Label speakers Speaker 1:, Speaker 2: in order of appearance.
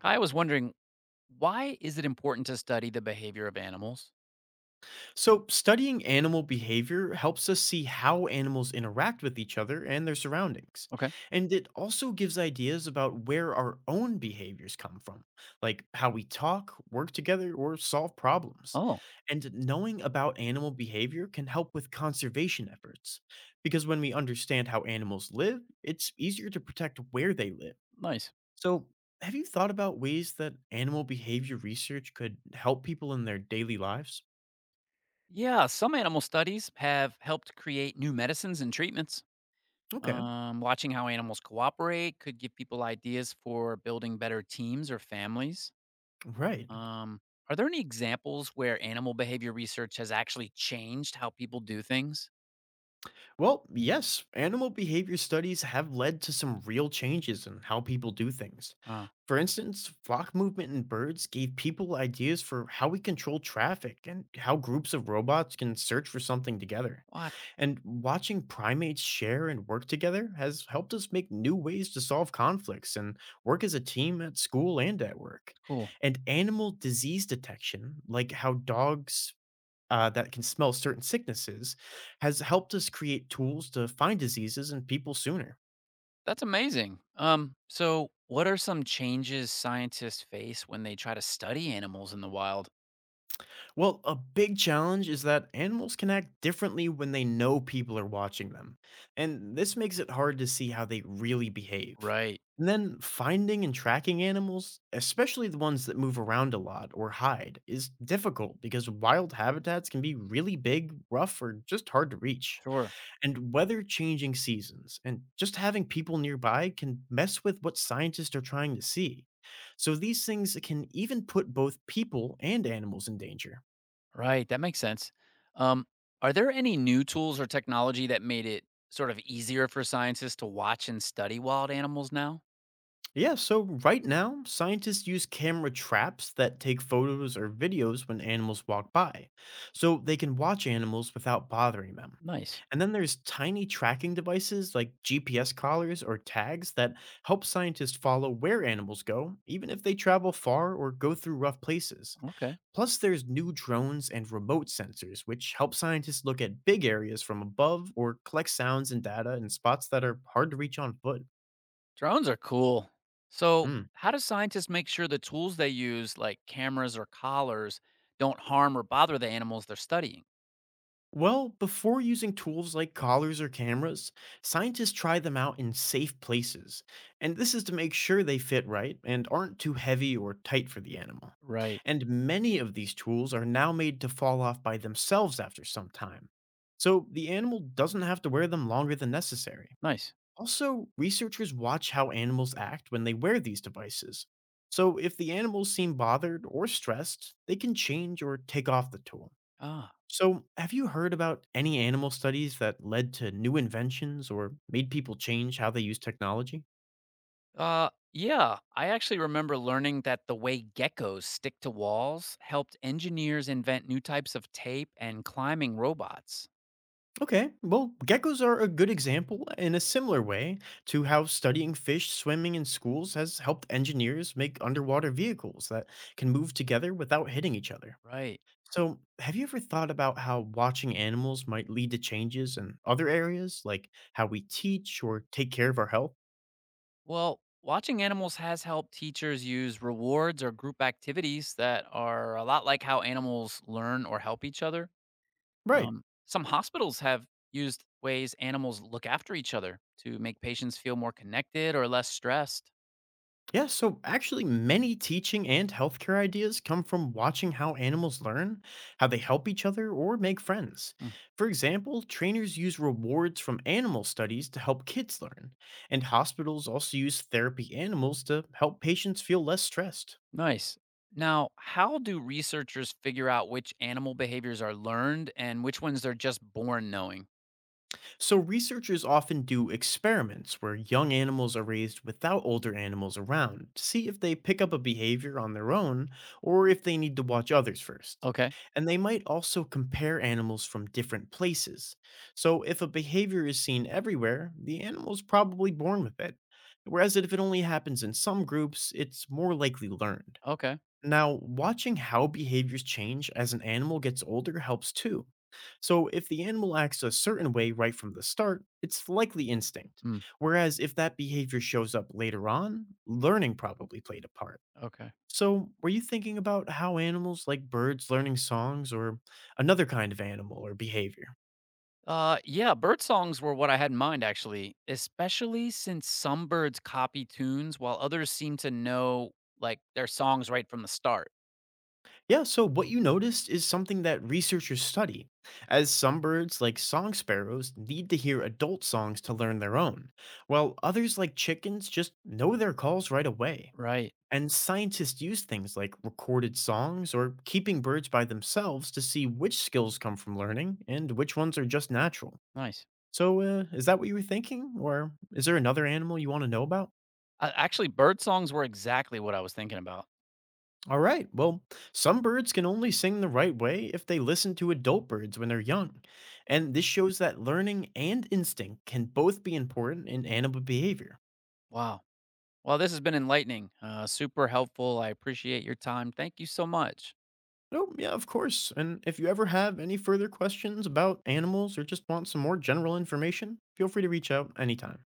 Speaker 1: I was wondering, why is it important to study the behavior of animals?
Speaker 2: So, studying animal behavior helps us see how animals interact with each other and their surroundings.
Speaker 1: Okay.
Speaker 2: And it also gives ideas about where our own behaviors come from, like how we talk, work together, or solve problems.
Speaker 1: Oh,
Speaker 2: And knowing about animal behavior can help with conservation efforts, because when we understand how animals live, it's easier to protect where they live.
Speaker 1: nice.
Speaker 2: So, have you thought about ways that animal behavior research could help people in their daily lives?
Speaker 1: Yeah, some animal studies have helped create new medicines and treatments.
Speaker 2: Okay,
Speaker 1: Watching how animals cooperate could give people ideas for building better teams or families.
Speaker 2: right.
Speaker 1: Um, are there any examples where animal behavior research has actually changed how people do things?
Speaker 2: Well, yes, animal behavior studies have led to some real changes in how people do things.
Speaker 1: Uh,
Speaker 2: For instance, flock movement in birds gave people ideas for how we control traffic and how groups of robots can search for something together.
Speaker 1: What?
Speaker 2: And watching primates share and work together has helped us make new ways to solve conflicts and work as a team at school and at work.
Speaker 1: Cool.
Speaker 2: And animal disease detection, like how dogs, that can smell certain sicknesses has helped us create tools to find diseases in people sooner.
Speaker 1: That's amazing. So what are some changes scientists face when they try to study animals in the wild?
Speaker 2: Well, a big challenge is that animals can act differently when they know people are watching them, and this makes it hard to see how they really behave.
Speaker 1: Right.
Speaker 2: And then finding and tracking animals, especially the ones that move around a lot or hide, is difficult because wild habitats can be really big, rough, or just hard to reach.
Speaker 1: Sure.
Speaker 2: And weather changing seasons and just having people nearby can mess with what scientists are trying to see. So these things can even put both people and animals in danger.
Speaker 1: Right. That makes sense. Um, are there any new tools or technology that made it sort of easier for scientists to watch and study wild animals now?
Speaker 2: Yeah, so right now, scientists use camera traps that take photos or videos when animals walk by, so they can watch animals without bothering them.
Speaker 1: Nice.
Speaker 2: And then there's tiny tracking devices like GPS collars or tags that help scientists follow where animals go, even if they travel far or go through rough places.
Speaker 1: Okay.
Speaker 2: Plus, there's new drones and remote sensors, which help scientists look at big areas from above or collect sounds and data in spots that are hard to reach on foot.
Speaker 1: Drones are cool. So,
Speaker 2: Hmm.
Speaker 1: how do scientists make sure the tools they use, like cameras or collars, don't harm or bother the animals they're studying?
Speaker 2: Well, before using tools like collars or cameras, scientists try them out in safe places. And this is to make sure they fit right and aren't too heavy or tight for the animal.
Speaker 1: Right.
Speaker 2: And many of these tools are now made to fall off by themselves after some time. So the animal doesn't have to wear them longer than necessary.
Speaker 1: Nice.
Speaker 2: Also, researchers watch how animals act when they wear these devices. So, if the animals seem bothered or stressed, they can change or take off the tool.
Speaker 1: Ah.
Speaker 2: So, have you heard about any animal studies that led to new inventions or made people change how they use technology?
Speaker 1: Yeah, I actually remember learning that the way geckos stick to walls helped engineers invent new types of tape and climbing robots.
Speaker 2: Okay, well, geckos are a good example in a similar way to how studying fish swimming in schools has helped engineers make underwater vehicles that can move together without hitting each other.
Speaker 1: Right.
Speaker 2: So, have you ever thought about how watching animals might lead to changes in other areas, like how we teach or take care of our health?
Speaker 1: Well, watching animals has helped teachers use rewards or group activities that are a lot like how animals learn or help each other.
Speaker 2: Right.
Speaker 1: Some hospitals have used ways animals look after each other to make patients feel more connected or less stressed.
Speaker 2: Yeah, so actually, many teaching and healthcare ideas come from watching how animals learn, how they help each other, or make friends. For example, trainers use rewards from animal studies to help kids learn, and hospitals also use therapy animals to help patients feel less stressed.
Speaker 1: Nice. Now, how do researchers figure out which animal behaviors are learned and which ones they're just born knowing?
Speaker 2: So, researchers often do experiments where young animals are raised without older animals around to see if they pick up a behavior on their own or if they need to watch others first.
Speaker 1: Okay.
Speaker 2: And they might also compare animals from different places. So, if a behavior is seen everywhere, the animal is probably born with it. Whereas if it only happens in some groups, it's more likely learned.
Speaker 1: Okay.
Speaker 2: Now, watching how behaviors change as an animal gets older helps too. So, if the animal acts a certain way right from the start, it's likely instinct.
Speaker 1: Hmm.
Speaker 2: Whereas if that behavior shows up later on, learning probably played a part.
Speaker 1: Okay.
Speaker 2: So, were you thinking about how animals like birds learning songs or another kind of animal or behavior?
Speaker 1: Yeah, bird songs were what I had in mind actually, especially since some birds copy tunes while others seem to know like their songs right from the start.
Speaker 2: Yeah, so what you noticed is something that researchers study, as some birds, like song sparrows, need to hear adult songs to learn their own, while others, like chickens, just know their calls right away.
Speaker 1: Right.
Speaker 2: And scientists use things like recorded songs or keeping birds by themselves to see which skills come from learning and which ones are just natural.
Speaker 1: Nice.
Speaker 2: So, is that what you were thinking? Or is there another animal you want to know about?
Speaker 1: Actually, bird songs were exactly what I was thinking about.
Speaker 2: All right. Well, some birds can only sing the right way if they listen to adult birds when they're young. And this shows that learning and instinct can both be important in animal behavior.
Speaker 1: Wow. Well, this has been enlightening, super helpful. I appreciate your time. Thank you so much.
Speaker 2: Oh, yeah, of course. And if you ever have any further questions about animals or just want some more general information, feel free to reach out anytime.